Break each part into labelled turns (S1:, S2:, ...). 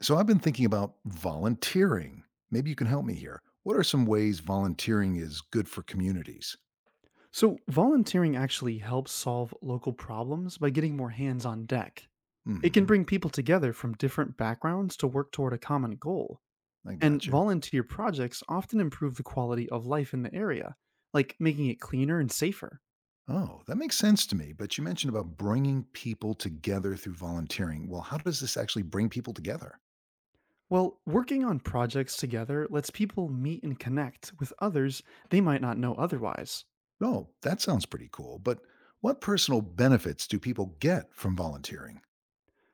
S1: So I've been thinking about volunteering. Maybe you can help me here. What are some ways volunteering is good for communities?
S2: So, volunteering actually helps solve local problems by getting more hands on deck. It can
S1: Hmm.
S2: bring people together from different backgrounds to work toward a common goal,
S1: I
S2: and
S1: gotcha.
S2: volunteer projects often improve the quality of life in the area, like making it cleaner and safer.
S1: Oh, that makes sense to me. But you mentioned about bringing people together through volunteering. Well, how does this actually bring people together?
S2: Well, working on projects together lets people meet and connect with others they might not know otherwise.
S1: Oh, that sounds pretty cool. But what personal benefits do people get from volunteering?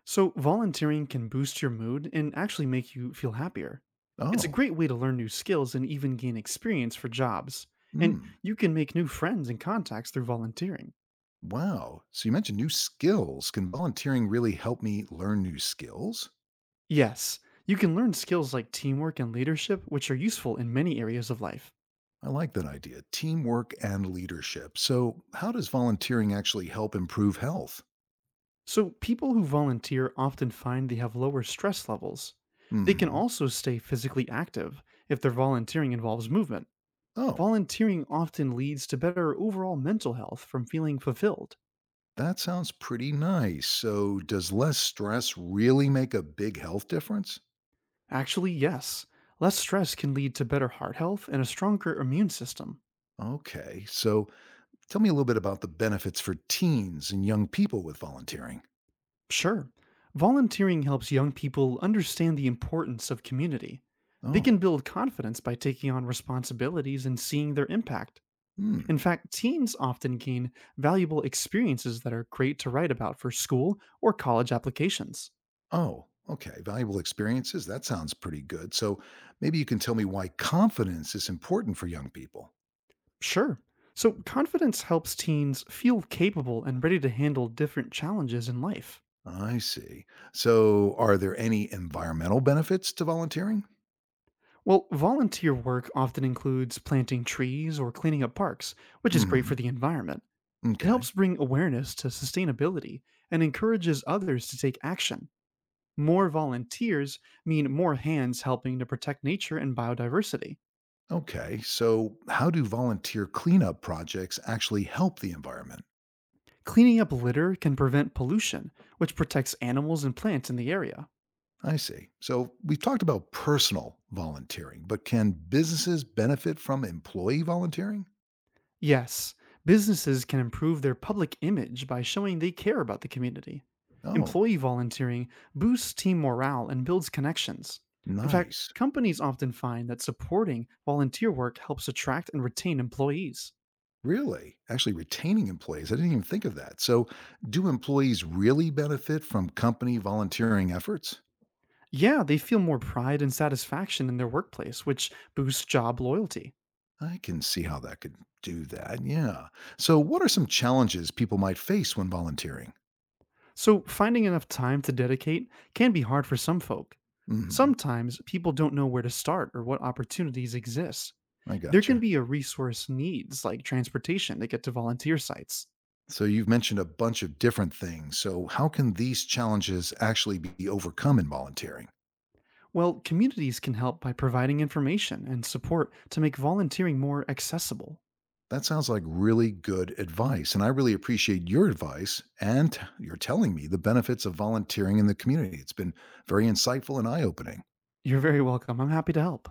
S2: So, volunteering can boost your mood and actually make you feel happier. It's a
S1: Oh.
S2: great way to learn new skills and even gain experience for jobs. And
S1: Hmm.
S2: you can make new friends and contacts through volunteering.
S1: Wow. So you mentioned new skills. Can volunteering really help me learn new skills?
S2: Yes, you can learn skills like teamwork and leadership, which are useful in many areas of life.
S1: I like that idea, teamwork and leadership. So, how does volunteering actually help improve health?
S2: So, people who volunteer often find they have lower stress levels. They can
S1: Hmm.
S2: also stay physically active if their volunteering involves movement.
S1: Oh,
S2: Volunteering often leads to better overall mental health from feeling fulfilled.
S1: that sounds pretty nice. So, does less stress really make a big health difference?
S2: Actually, yes. Less stress can lead to better heart health and a stronger immune system.
S1: Okay. So, tell me a little bit about the benefits for teens and young people with volunteering.
S2: Sure, volunteering helps young people understand the importance of community. They can
S1: Oh.
S2: build confidence by taking on responsibilities and seeing their impact.
S1: Hmm.
S2: In fact, teens often gain valuable experiences that are great to write about for school or college applications.
S1: Oh, okay. Valuable experiences. That sounds pretty good. So, maybe you can tell me why confidence is important for young people.
S2: Sure. So, confidence helps teens feel capable and ready to handle different challenges in life.
S1: I see. So, are there any environmental benefits to volunteering?
S2: Well, volunteer work often includes planting trees or cleaning up parks, which is great for
S1: Mm,
S2: the environment. It
S1: okay.
S2: helps bring awareness to sustainability and encourages others to take action. More volunteers mean more hands helping to protect nature and biodiversity.
S1: Okay. So, how do volunteer cleanup projects actually help the environment?
S2: Cleaning up litter can prevent pollution, which protects animals and plants in the area.
S1: I see. So, we've talked about personal volunteering, but can businesses benefit from employee volunteering?
S2: Yes, businesses can improve their public image by showing they care about the community.
S1: Oh,
S2: Employee volunteering boosts team morale and builds connections. In fact,
S1: nice.
S2: companies often find that supporting volunteer work helps attract and retain employees.
S1: Really? Actually, retaining employees. I didn't even think of that. So, do employees really benefit from company volunteering efforts?
S2: Yeah, they feel more pride and satisfaction in their workplace, which boosts job loyalty.
S1: I can see how that could do that. Yeah. So, what are some challenges people might face when volunteering?
S2: So, finding enough time to dedicate can be hard for some folk.
S1: Hmm.
S2: Sometimes people don't know where to start or what opportunities exist.
S1: I
S2: There can
S1: gotcha.
S2: be a resource needs like transportation to get to volunteer sites.
S1: So, you've mentioned a bunch of different things. So, how can these challenges actually be overcome in volunteering?
S2: Well, communities can help by providing information and support to make volunteering more accessible.
S1: That sounds like really good advice. And I really appreciate your advice and are telling me the benefits of volunteering in the community. It's been very insightful and eye opening.
S2: You're very welcome. I'm happy to help.